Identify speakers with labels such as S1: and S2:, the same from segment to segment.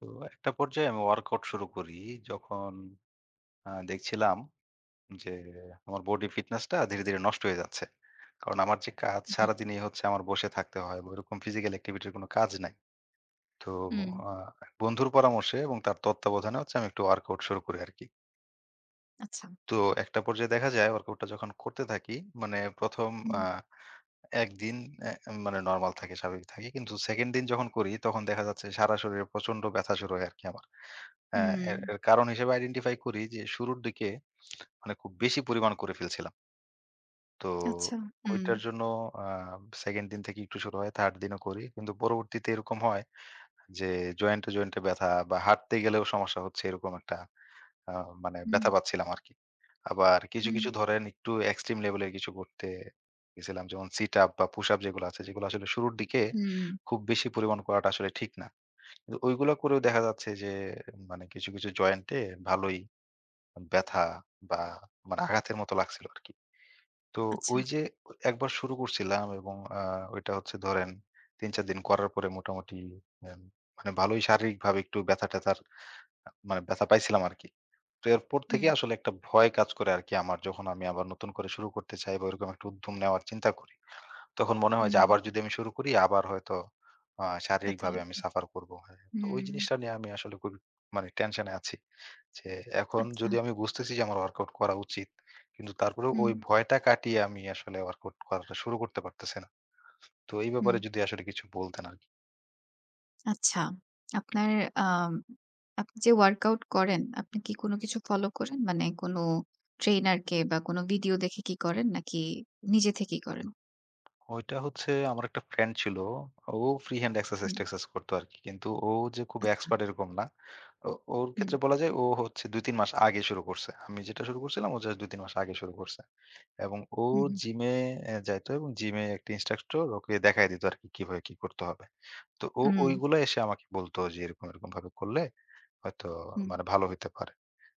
S1: তো একটা পর্যায়ে আমি ওয়ার্কআউট শুরু করি। যখন দেখছিলাম যে আমার বডি ফিটনেসটা ধীরে, ধীরে নষ্ট হয়ে যাচ্ছে। কারণ আমার যে কাজ
S2: হুম,
S1: সারাদিনই হচ্ছে আমার বসে থাকতে হয় বা ওইরকম ফিজিক্যাল এক্টিভিটি র কোনো কাজ নাই। তো
S2: হুম,
S1: আ বন্ধুর পরামর্শে এবং তার তত্ত্বাবধানে হচ্ছে আমি একটু ওয়ার্কআউট শুরু করি আরকি।
S2: আচ্ছা।
S1: তো একটা পর্যায়ে দেখা যায় ওয়ার্কআউটটা যখন করতে থাকি মানে ১ম
S2: হুম,
S1: আ ১ দিন অ্যা মানে নরমাল থাকে, স্বাভাবিক থাকি। কিন্তু 2nd দিন যখন করি তখন দেখা যাচ্ছে সারা শরীরে প্রচন্ড ব্যথা শুরু হয় আরকি আমার। হ্যাঁ,
S2: হুম,
S1: এর এর কারণ হিসেবে আইডেন্টিফাই করি যে শুরুর দিকে মানে খুব বেশি পরিমাণ করে ফেলছিলাম। তো
S2: আচ্ছা। হুম,
S1: ওইটার জন্য আ 2nd দিন থেকে একটু শুরু হয়, 3rd দিনও করি। কিন্তু পরবর্তীতে এরকম হয় যে জয়েন্টে, জয়েন্টে ব্যথা বা হাঁটতে গেলেও সমস্যা হচ্ছে এরকম একটা আ মানে
S2: হুম,
S1: ব্যথা পাচ্ছিলাম আরকি। আবার কিছু,
S2: হুম,
S1: কিছু ধরেন একটু এক্সট্রিম লেভেল এর কিছু করতে গেছিলাম। যেমন সিট আপ বা পুশ আপ যেগুলো আছে যেগুলো আসলে শুরুর দিকে
S2: হুম,
S1: খুব বেশি পরিমাণ করাটা আসলে ঠিক না। কিন্তু ওইগুলো করেও দেখা যাচ্ছে যে মানে কিছু, কিছু জয়েন্টে ভালোই ব্যথা বা মানে আঘাতের মতো লাগছিল আরকি। তো
S2: আচ্ছা।
S1: ওই যে একবার শুরু করছিলাম এবং ওইটা হচ্ছে ধরেন ৩-৪ দিন করার পরে মোটামুটি আ মানে ভালোই শারীরিকভাবে একটু ব্যথা-ট্যাথার মানে ব্যথা পাইছিলাম আরকি। তো এরপর
S2: হুম,
S1: থেকে আসলে একটা ভয় কাজ করে আরকি আমার যখন আমি আবার নতুন করে শুরু করতে চাই বা ওইরকম একটা উদ্যম নেওয়ার চিন্তা করি। তখন মনে হয় যে
S2: হুম,
S1: আবার যদি আমি শুরু করি আবার হয়তো
S2: ব্যথা
S1: শারীরিকভাবে আমি
S2: লাগবে।
S1: সাফার করবো। হ্যাঁ, তো ওই
S2: হুম,
S1: জিনিসটা নিয়ে আমি আসলে খুবই মানে টেনশনে আছি। যে এখন
S2: আচ্ছা।
S1: যদি আমি বুঝতেছি যে আমার ওয়ার্কআউট করা উচিত। কিন্তু তারপরেও
S2: হুম,
S1: ওই ভয়টা কাটিয়ে আমি আসলে ওয়ার্কআউট করাটা শুরু করতে পারতেছি না। তো এই
S2: হুম,
S1: ব্যাপারে যদি আসলে কিছু বলতেন আরকি।
S2: আচ্ছা। আপনার আম আপনি যে ওয়ার্কআউট করেন, আপনি কি কোনো কিছু ফলো করেন? মানে কোনো ট্রেইনারকে বা কোনো ভিডিও দেখে কি করেন নাকি নিজে থেকেই করেন?
S1: ওইটা হচ্ছে আমার একটা ফ্রেন্ড ছিল। ও ফ্রি হ্যান্ড
S2: হুম,
S1: এক্সারসাইজ-টেক্সারসাইজ করতো আরকি। কিন্তু ও যে খুব
S2: আচ্ছা।
S1: এক্সপার্ট এরকম না। ও ওর
S2: হুম,
S1: ক্ষেত্রে বলা যায় ও হচ্ছে ২-৩ মাস আগে শুরু করছে। আমি যেটা শুরু করছিলাম ও জাস্ট ২-৩ মাস আগে শুরু করছে। এবং ও
S2: হুম, হুম,
S1: জিমে যাইতো এবং জিমে একটা ইন্সট্রাক্টর ওকে দেখায় দিত আরকি কিভাবে কি করতে হবে। তো ও
S2: হুম,
S1: ওইগুলা এসে আমাকে বলতো যে এরকম, এরকম ভাবে করলে হয়তো
S2: হুম,
S1: মানে ভালো হইতে পারে।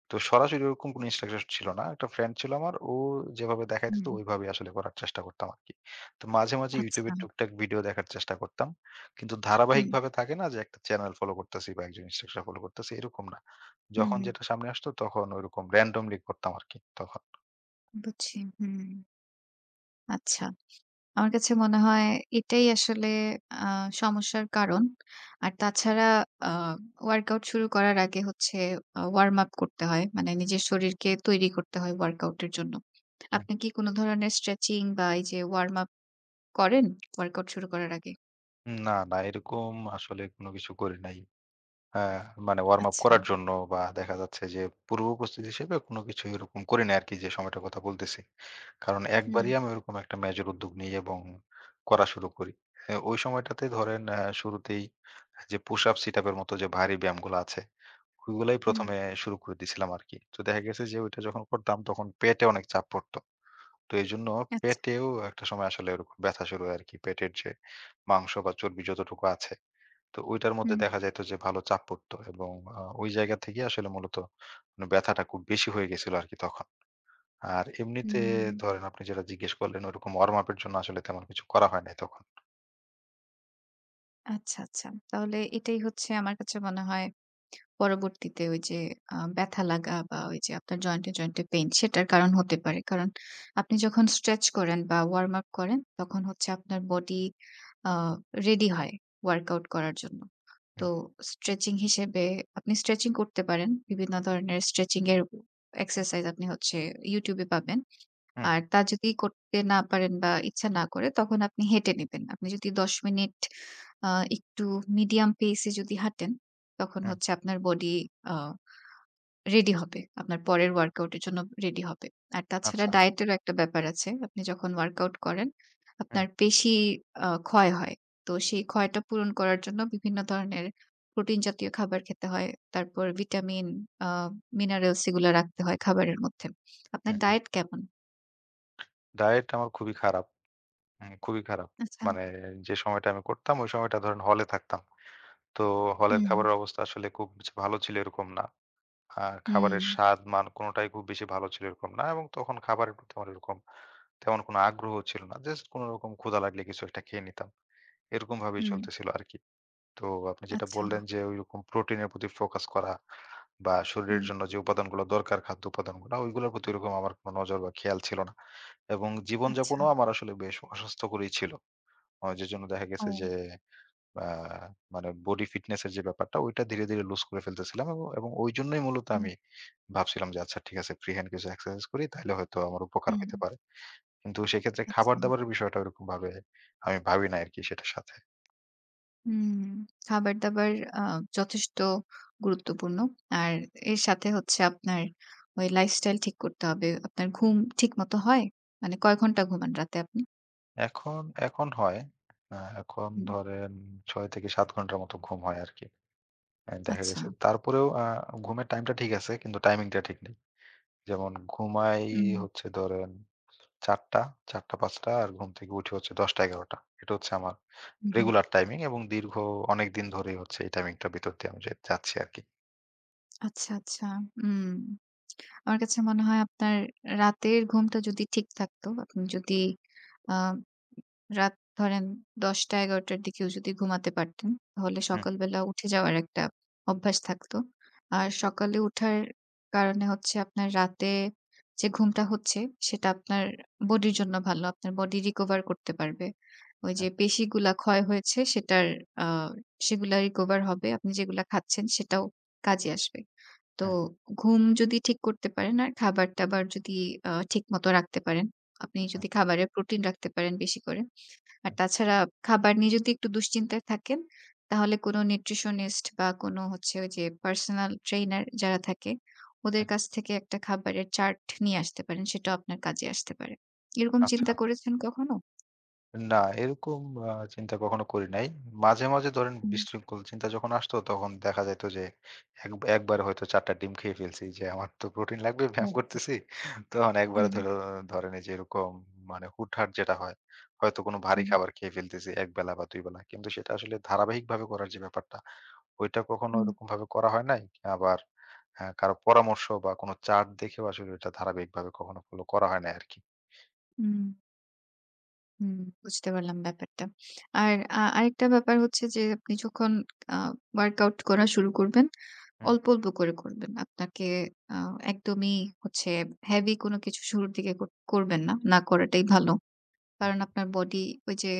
S1: তো সরাসরি ওরকম কোনো ইনস্ট্রাকশন ছিল না। একটা ফ্রেন্ড ছিল আমার। ও যেভাবে দেখায় দিত
S2: হুম,
S1: ওইভাবেই আসলে করার চেষ্টা করতাম আরকি। তো মাঝে, মাঝে YouTube
S2: আচ্ছা।
S1: এর টুকটাক ভিডিও দেখার চেষ্টা করতাম। কিন্তু
S2: হুম,
S1: ধারাবাহিকভাবে থাকে না যে একটা চ্যানেল ফলো করতেছি বা একজন ইনস্ট্রাকশন ফলো করতেছি এরকম না।
S2: হুম,
S1: যখন
S2: হুম,
S1: যেটা সামনে আসতো তখন ওইরকম randomly করতাম আরকি তখন।
S2: বুঝছি। হুম, আচ্ছা। আমার কাছে মনে হয় এটাই আসলে আ সমস্যার কারণ। আর তাছাড়া আ ওয়ার্কআউট শুরু করার আগে হচ্ছে ওয়ার্ম আপ করতে হয়। মানে নিজের শরীরকে তৈরি করতে হয় ওয়ার্কআউট এর জন্য।
S1: হুম,
S2: আপনি কি কোন ধরনের স্ট্রেচিং বা এই যে ওয়ার্ম আপ করেন ওয়ার্কআউট শুরু করার আগে?
S1: না, না এরকম আসলে কোনো কিছু করি নাই। হ্যাঁ, মানে ওয়ার্ম আপ
S2: আচ্ছা।
S1: করার জন্য বা দেখা যাচ্ছে যে পূর্ব উপস্থিতি হিসেবে কোন কিছু এরকম করি না আরকি যে সময়টার কথা বলতেছি। কারণ
S2: হুম,
S1: একবারই আমি ওরকম একটা মেজর উদ্যোগ নিই এবং করা শুরু করি। ওই সময়টাতে ধরেন শুরুতেই যে পুশ আপ, সিট আপ এর মতো যে ভারী ব্যায়ামগুলো আছে, ওইগুলাই
S2: হুম।
S1: ১ম এ শুরু করে দিছিলাম আরকি। তো দেখা গেছে যে ওইটা যখন করতাম তখন পেটে অনেক চাপ পড়তো। তো এজন্য
S2: আচ্ছা।
S1: পেটেও একটা সময় আসলে ওরকম ব্যথা শুরু হয় আরকি। পেটের যে মাংস বা চর্বি যতটুকু আছে তো ওইটার মধ্যে
S2: হুম,
S1: দেখা যাইত যে ভালো চাপ পড়তো এবং ওই জায়গা থেকে আসলে মূলত মানে ব্যথাটা খুব বেশি হয়ে গেছিল আরকি তখন। আর এমনিতে
S2: হুম।
S1: ধরেন আপনি যেটা জিজ্ঞেস করলেন ওরকম ওয়ার্ম আপ এর জন্য আসলে তেমন কিছু করা হয় নাই তখন।
S2: আচ্ছা, আচ্ছা। তাহলে এটাই হচ্ছে আমার কাছে মনে হয় পরবর্তীতে ওই যে ব্যথা লাগা বা ওই যে আপনার জয়েন্টে, জয়েন্টে পেইন সেটার কারণ হতে পারে। কারণ আপনি যখন স্ট্রেচ করেন বা ওয়ার্ম আপ করেন তখন হচ্ছে আপনার বডি আ রেডি হয় ওয়ার্কআউট করার জন্য। তো
S1: হুম,
S2: স্ট্রেচিং হিসেবে আপনি স্ট্রেচিং করতে পারেন। বিভিন্ন ধরনের স্ট্রেচিং এর এক্সারসাইজ আপনি হচ্ছে YouTube এ পাবেন।
S1: হুম,
S2: আর তা যদি করতে না পারেন বা ইচ্ছা না করে তখন আপনি হেঁটে নিবেন। আপনি যদি ১০ মিনিট আ একটু মিডিয়াম পেস এ যদি হাঁটেন, তখন
S1: হুম,
S2: হচ্ছে আপনার বডি আ রেডি হবে। আপনার পরের ওয়ার্কআউট এর জন্য রেডি হবে। আর তাছাড়া
S1: আচ্ছা।
S2: ডায়েট এরও একটা ব্যাপার আছে। আপনি যখন ওয়ার্কআউট করেন,
S1: হুম,
S2: আপনার পেশি ক্ষয় হয়। তো সেই ক্ষয়টা পূরণ করার জন্য বিভিন্ন ধরনের প্রোটিন জাতীয় খাবার খেতে হয়। তারপর ভিটামিন, আ মিনারেলস এগুলা রাখতে হয় খাবারের মধ্যে। আপনার
S1: হুম, হুম।
S2: ডায়েট কেমন?
S1: ডায়েট আমার খুবই খারাপ, হুম, খুবই খারাপ।
S2: আচ্ছা।
S1: মানে যে সময়টা আমি করতাম ওই সময়টা ধরেন হলে থাকতাম। তো হলের
S2: হুম,
S1: খাবারের অবস্থা আসলে খুব যে ভালো ছিল এরকম না। আ
S2: হুম,
S1: খাবারের স্বাদ, মান কোনটাই খুব বেশি ভালো ছিল এরকম না এবং তখন খাবারের প্রতি আমার এরকম তেমন কোনো আগ্রহ ছিল না। জাস্ট কোনরকম ক্ষুধা লাগলে কিছু একটা খেয়ে নিতাম। এরকমভাবেই
S2: হুম,
S1: চলতেছিল আরকি। তো আপনি যেটা
S2: আচ্ছা,
S1: বললেন যে ঐরকম প্রোটিনের প্রতি ফোকাস করা বা শরীরের
S2: হুম,
S1: জন্য যে উপাদানগুলো দরকার খাদ্য উপাদানগুলো ওইগুলোর প্রতি ওরকম আমার কোনো নজর বা খেয়াল ছিল না। এবং
S2: আচ্ছা।
S1: জীবনযাপনও আমার আসলে বেশ অস্বাস্থ্যকরই ছিল। যেজন্য দেখা
S2: ও
S1: গেছে যে আ মানে বডি ফিটনেস এর যে ব্যাপারটা ওইটা ধীরে, ধীরে লুজ করে ফেলতেছিলাম এবং এবং ওইজন্যই মূলত
S2: হুম,
S1: আমি ভাবছিলাম যে আচ্ছা ঠিক আছে ফ্রি হ্যান্ড কিছু এক্সারসাইজ করি তাইলে হয়তো আমার উপকার
S2: হুম,
S1: হইতে পারে। কিন্তু সেক্ষেত্রে
S2: আচ্ছা,
S1: খাবার-দাবারের বিষয়টা ওরকমভাবে আমি ভাবি নাই আরকি সেটার সাথে।
S2: হুম। খাবার-দাবার আ যথেষ্ট গুরুত্বপূর্ণ। আর এর সাথে হচ্ছে আপনার ওই লাইফস্টাইল ঠিক করতে হবে। আপনার ঘুম ঠিকমতো হয়? মানে কয় ঘন্টা ঘুমান রাতে আপনি?
S1: এখন, এখন হয় এখন
S2: হুম,
S1: ধরেন ৬ থেকে ৭ ঘন্টার মতো ঘুম হয় আরকি। দেখা
S2: আচ্ছা,
S1: গেছে তারপরেও ঘুমের টাইমটা ঠিক আছে কিন্তু টাইমিংটা ঠিক নেই। যেমন ঘুমাই
S2: হুম,
S1: হচ্ছে ধরেন ৪ঃ০০ ৪ঃ০০-৫ঃ০০ আর ঘুম থেকে উঠি হচ্ছে ১০ঃ০০-১১ঃ০০ এটা হচ্ছে আমার
S2: হুম, হুম,
S1: রেগুলার টাইমিং এবং দীর্ঘ অনেকদিন ধরেই হচ্ছে এই টাইমিংটার ভিতর দিয়ে আমি যে যাচ্ছি আরকি।
S2: আচ্ছা, আচ্ছা, হুম। আমার কাছে মনে হয় আপনার রাতের ঘুমটা যদি ঠিক থাকতো, আপনি যদি আ রাত ধরেন ১০টা-১১টার দিকেও যদি ঘুমাতে পারতেন, তাহলে
S1: হুম,
S2: সকালবেলা উঠে যাওয়ার একটা অভ্যাস থাকতো। আর সকালে উঠার কারণে হচ্ছে আপনার রাতে যে ঘুমটা হচ্ছে, সেটা আপনার বডির জন্য ভালো। আপনার বডি রিকভার করতে পারবে। ওই
S1: হুম,
S2: যে পেশিগুলা ক্ষয় হয়েছে, সেটার আ সেগুলা রিকভার হবে। আপনি যেগুলা খাচ্ছেন, সেটাও কাজে আসবে। তো
S1: হুম,
S2: ঘুম যদি ঠিক করতে পারেন আর খাবার-টাবার যদি ঠিকমতো রাখতে পারেন, আপনি
S1: হুম,
S2: যদি খাবারে প্রোটিন রাখতে পারেন বেশি করে আর তাছাড়া খাবার নিয়ে যদি একটু দুশ্চিন্তায় থাকেন, তাহলে কোনো নিউট্রিশনিস্ট বা কোনো হচ্ছে ওই যে পার্সোনাল ট্রেইনার যারা থাকে, ওদের
S1: হুম।
S2: কাছ থেকে একটা খাবারের চার্ট নিয়ে আসতে পারেন। সেটাও আপনার কাজে আসতে পারে। এরকম
S1: আচ্ছা।
S2: চিন্তা করেছেন কখনো?
S1: না, এরকম আ চিন্তা কখনো করি নাই। মাঝে, মাঝে ধরেন
S2: হুম,
S1: বিশৃঙ্খল চিন্তা যখন আসতো তখন দেখা যাইত যে এক একবারে হয়তো ৪ টা ডিম খেয়ে ফেলছি যে আমার তো প্রোটিন লাগবে ব্যায়াম
S2: হুম,
S1: করতেছি। তখন একবারে
S2: হুম,
S1: ধরেন এই যে এরকম মানে হুটহাট যেটা হয়, হয়তো কোনো ভারী
S2: হুম,
S1: খাবার খেয়ে ফেলতেছি ১ বেলা বা ২ বেলা। কিন্তু সেটা আসলে ধারাবাহিকভাবে করার যে ব্যাপারটা, ওইটা কখনো
S2: হুম,
S1: ওরকমভাবে করা হয় নাই। আবার কারো পরামর্শ বা কোনো চার্ট দেখেও আসলে ওটা ধারাবাহিকভাবে কখনো ফলো করা হয় নাই আরকি।
S2: হুম, হুম, বুঝতে পারলাম ব্যাপারটা। আর আরেকটা ব্যাপার হচ্ছে যে আপনি যখন আ ওয়ার্কআউট করা শুরু করবেন
S1: হুম,
S2: অল্প, অল্প করে করবেন। আপনাকে আ একদমই হচ্ছে হেভি কোনো কিছু শুরুর দিকে করবেন না। না করাটাই ভালো।
S1: হুম,
S2: কারণ আপনার বডি ওই যে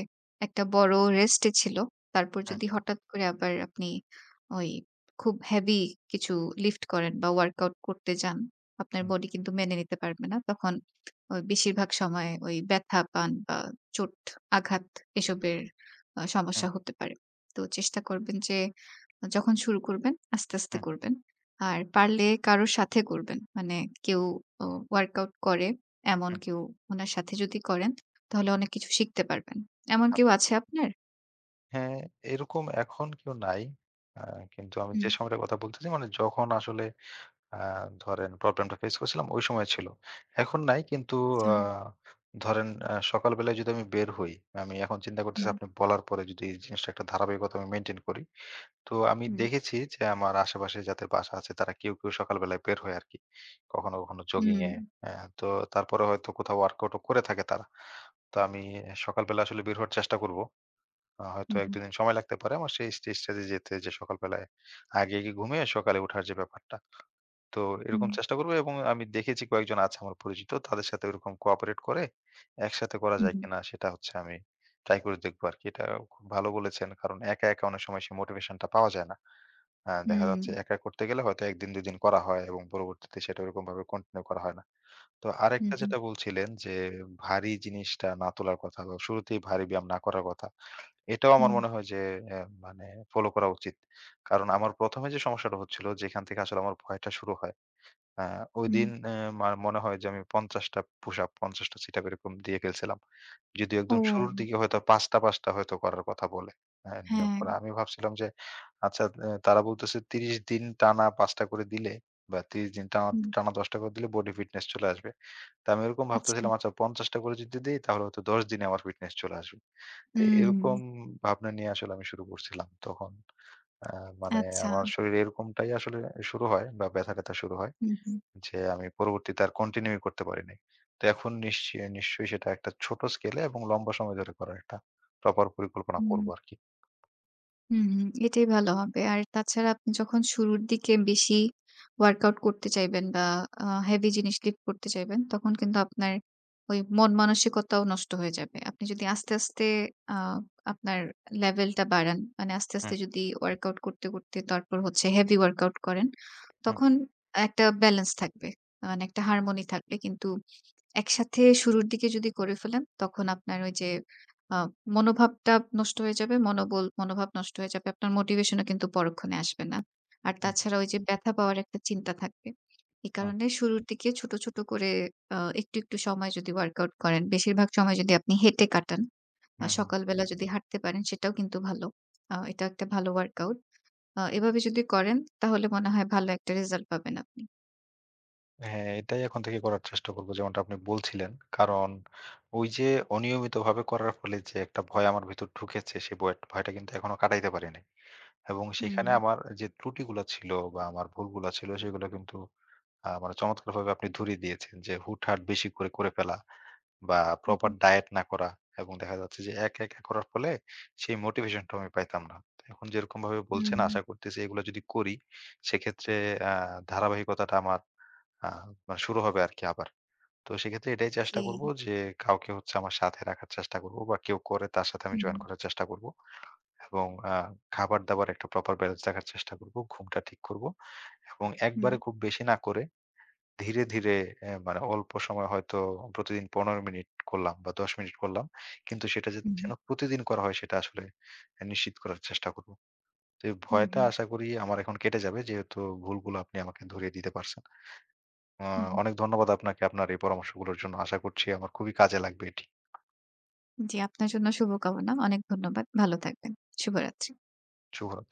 S2: একটা বড় রেস্ট এ ছিল। তারপর
S1: হুম,
S2: যদি হঠাৎ করে আবার আপনি ওই খুব হেভি কিছু লিফট করেন বা ওয়ার্কআউট করতে যান, আপনার
S1: হুম,
S2: বডি কিন্তু মেনে নিতে পারবে না। তখন ওই বেশিরভাগ সময় ওই ব্যথা পান বা চোট, আঘাত এসবের
S1: হুম,
S2: সমস্যা হতে পারে। তো চেষ্টা করবেন যে যখন শুরু করবেন আস্তে, আস্তে
S1: হুম।
S2: করবেন। আর পারলে কারো সাথে করবেন। মানে কেউ ও ওয়ার্কআউট করে, এমন কেউ উনার সাথে যদি করেন, তাহলে অনেক কিছু শিখতে পারবেন। এমন কেউ আছে আপনার?
S1: হ্যাঁ, এরকম এখন কেউ নাই। আ কিন্তু আমি যে
S2: হুম,
S1: সময়টার কথা বলতেছি মানে যখন আসলে আ ধরেন প্রবলেমটা ফেস করছিলাম ওই সময় ছিল। এখন নাই কিন্তু
S2: আচ্ছা।
S1: আ ধরেন সকাল বেলায় যদি আমি বের হই, আমি এখন চিন্তা করতেছি
S2: হুম,
S1: আপনি বলার পরে যদি এই জিনিসটা একটা ধারাবাহিকতা আমি মেইনটেইন করি। তো আমি
S2: হুম,
S1: দেখেছি যে আমার আশেপাশে যাদের বাসা আছে তারা কেউ, কেউ সকাল বেলায় বের হয় আরকি। কখনো, কখনো জগিং
S2: হুম,
S1: এ। হ্যাঁ, তো তারপরে হয়তো কোথাও ওয়ার্কআউট ও করে থাকে তারা। তো আমি সকালবেলা আসলে বের হওয়ার চেষ্টা করব। হয়তো
S2: হুম, হুম,
S1: ১-২ দিন সময় লাগতে পারে আমার সেই স্টেজটা তে যেতে যে সকালবেলায় আগে গিয়ে ঘুমিয়ে সকালে ওঠার যে ব্যাপারটা। তো এরকম
S2: হুম,
S1: চেষ্টা করব এবং আমি দেখেছি কয়েকজন আছে আমার পরিচিত। তাদের সাথে ওরকম কোঅপারেট করে একসাথে করা যায়
S2: হুম,
S1: কিনা সেটা হচ্ছে আমি ট্রাই করে দেখবো আরকি। এটা খুব ভালো বলেছেন। কারণ একা, একা অনেক সময় সেই মোটিভেশন টা পাওয়া যায় না। দেখা
S2: হুম,
S1: যাচ্ছে একা করতে গেলে হয়তো ১ দিন ২ দিন করা হয় এবং পরবর্তীতে সেটা ওরকমভাবে কন্টিনিউ করা হয় না। তো আরেকটা
S2: হুম,
S1: যেটা বলছিলেন যে ভারী জিনিসটা না তোলার কথা বা শুরুতেই ভারী ব্যায়াম না করার কথা। এটাও আমার
S2: হুম,
S1: মনে হয় যে অ্যা মানে ফলো করা উচিত। কারণ আমার ১ম এ যে সমস্যাটা হচ্ছিল যেখান থেকে আসলে আমার ভয়টা শুরু হয়। আ
S2: হুম।
S1: ওইদিন মার মনে হয় যে আমি ৫০ টা পুশ আপ, ৫০ টা সিট আপ এরকম দিয়ে ফেলছিলাম। যদিও
S2: ও
S1: একদম শুরুর দিকে হয়তো ৫ টা, ৫ টা হয়তো করার কথা বলে, হ্যাঁ, নিয়ম
S2: হ্যাঁ,
S1: করে। আমি ভাবছিলাম যে আচ্ছা তারা বলতেছে ৩০ দিন টানা ৫ টা করে দিলে বা ৩০ দিন টানা
S2: হুম,
S1: টানা ১০ টা করে দিলে বডি ফিটনেস চলে আসবে। তো আমি এরকম
S2: আচ্ছা।
S1: ভাবতেছিলাম আচ্ছা ৫০ টা করে যদি দেই তাহলে হয়তো ১০ দিনে আমার ফিটনেস চলে আসবে। তো
S2: হুম,
S1: এরকম ভাবনা নিয়ে আসলে আমি শুরু করছিলাম তখন। আ মানে
S2: আচ্ছা।
S1: আমার শরীরে এরকমটাই আসলে শুরু হয় বা ব্যথা-ট্যাথা শুরু হয়।
S2: হুম, হুম,
S1: যে আমি পরবর্তীতে আর কন্টিনিউ করতে পারি নাই। তো এখন নিশ্চয়ই নিশ্চয়ই সেটা একটা ছোট স্কেলে এবং লম্বা সময় ধরে করার একটা প্রপার পরিকল্পনা করব
S2: হুম।
S1: আরকি।
S2: হুম, হুম। এটাই ভালো হবে। আর তাছাড়া আপনি যখন শুরুর দিকে বেশি ওয়ার্কআউট করতে চাইবেন বা হেভি জিনিস লিফট করতে চাইবেন, তখন কিন্তু আপনার ওই মন মানসিকতাও নষ্ট হয়ে যাবে। আপনি যদি আস্তে, আস্তে আ আপনার লেভেলটা বাড়ান, মানে আস্তে,
S1: হুম,
S2: আস্তে যদি ওয়ার্কআউট করতে, করতে তারপর হচ্ছে হেভি ওয়ার্কআউট করেন,
S1: হুম,
S2: তখন একটা ব্যালেন্স থাকবে। মানে একটা হারমোনি থাকবে। কিন্তু একসাথে শুরুর দিকে যদি করে ফেলেন, তখন আপনার ওই যে আ মনোভাবটা নষ্ট হয়ে যাবে। মনোবল, মনোভাব নষ্ট হয়ে যাবে। আপনার মোটিভেশন ও কিন্তু পরক্ষণে আসবে না। আর
S1: হুম,
S2: তাছাড়া ওই যে ব্যথা পাওয়ার একটা চিন্তা থাকবে। এই
S1: হুম,
S2: কারণে শুরুর দিকে ছোট, ছোট করে একটু, একটু সময় যদি ওয়ার্কআউট করেন, বেশিরভাগ সময় যদি আপনি হেঁটে কাটান,
S1: হুম, হুম।
S2: সকালবেলা যদি হাঁটতে পারেন সেটাও কিন্তু ভালো। এটা একটা ভালো ওয়ার্কআউট। এভাবে যদি করেন তাহলে মনে হয় ভালো একটা রেজাল্ট পাবেন আপনি।
S1: হ্যাঁ, এটাই এখন থেকে করার চেষ্টা করব যেমনটা আপনি বলছিলেন। কারণ ওই যে অনিয়মিতভাবে করার ফলে যে একটা ভয় আমার ভেতর ঢুকেছে সেই ভয়টা কিন্তু এখনো কাটাইতে পারি নাই। এবং
S2: হুম,
S1: সেখানে আমার যে ত্রুটিগুলা ছিল বা আমার ভুলগুলা ছিল সেগুলো কিন্তু মানে চমৎকারভাবে আপনি ধরিয়ে দিয়েছেন যে হুটহাট বেশি করে, করে ফেলা বা
S2: হুম,
S1: প্রপার
S2: হুম,
S1: ডায়েট না করা এবং দেখা যাচ্ছে যে একা, একা করার ফলে সেই মোটিভেশনটাও আমি পাইতাম না। তো এখন যেরকমভাবে বলছেন
S2: হুম,
S1: আশা করতেছি এগুলো যদি করি সেক্ষেত্রে আ ধারাবাহিকতাটা আমার আ মানে শুরু হবে আরকি আবার। তো সেক্ষেত্রে এটাই চেষ্টা
S2: জি,
S1: করব যে কাউকে হচ্ছে আমার সাথে রাখার চেষ্টা করব বা কেউ করে তার সাথে আমি
S2: হুম,
S1: জয়েন করার চেষ্টা করব এবং খাবার-দাবার একটা প্রপার ব্যালেন্স রাখার চেষ্টা করব। ঘুমটা ঠিক করব এবং
S2: হুম,
S1: একবারে খুব বেশি না করে ধীরে, ধীরে মানে অল্প সময় হয়তো প্রতিদিন ১৫ মিনিট করলাম বা ১০ মিনিট করলাম। কিন্তু সেটা যে
S2: হুম,
S1: যেন প্রতিদিন করা হয় সেটা আসলে নিশ্চিত করার চেষ্টা করব। তো এই
S2: হুম,
S1: ভয়টা
S2: হুম,
S1: আশা করি আমার এখন কেটে যাবে যেহেতু ভুলগুলো আপনি আমাকে ধরিয়ে দিতে পারছেন। আ
S2: হুম।
S1: অনেক ধন্যবাদ আপনাকে আপনার এই পরামর্শগুলোর জন্য। আশা করছি আমার খুবই কাজে লাগবে এটি।
S2: জি, আপনার জন্য শুভকামনা। অনেক ধন্যবাদ। ভালো থাকবেন। শুভরাত্রি।
S1: শুভরাত্রি।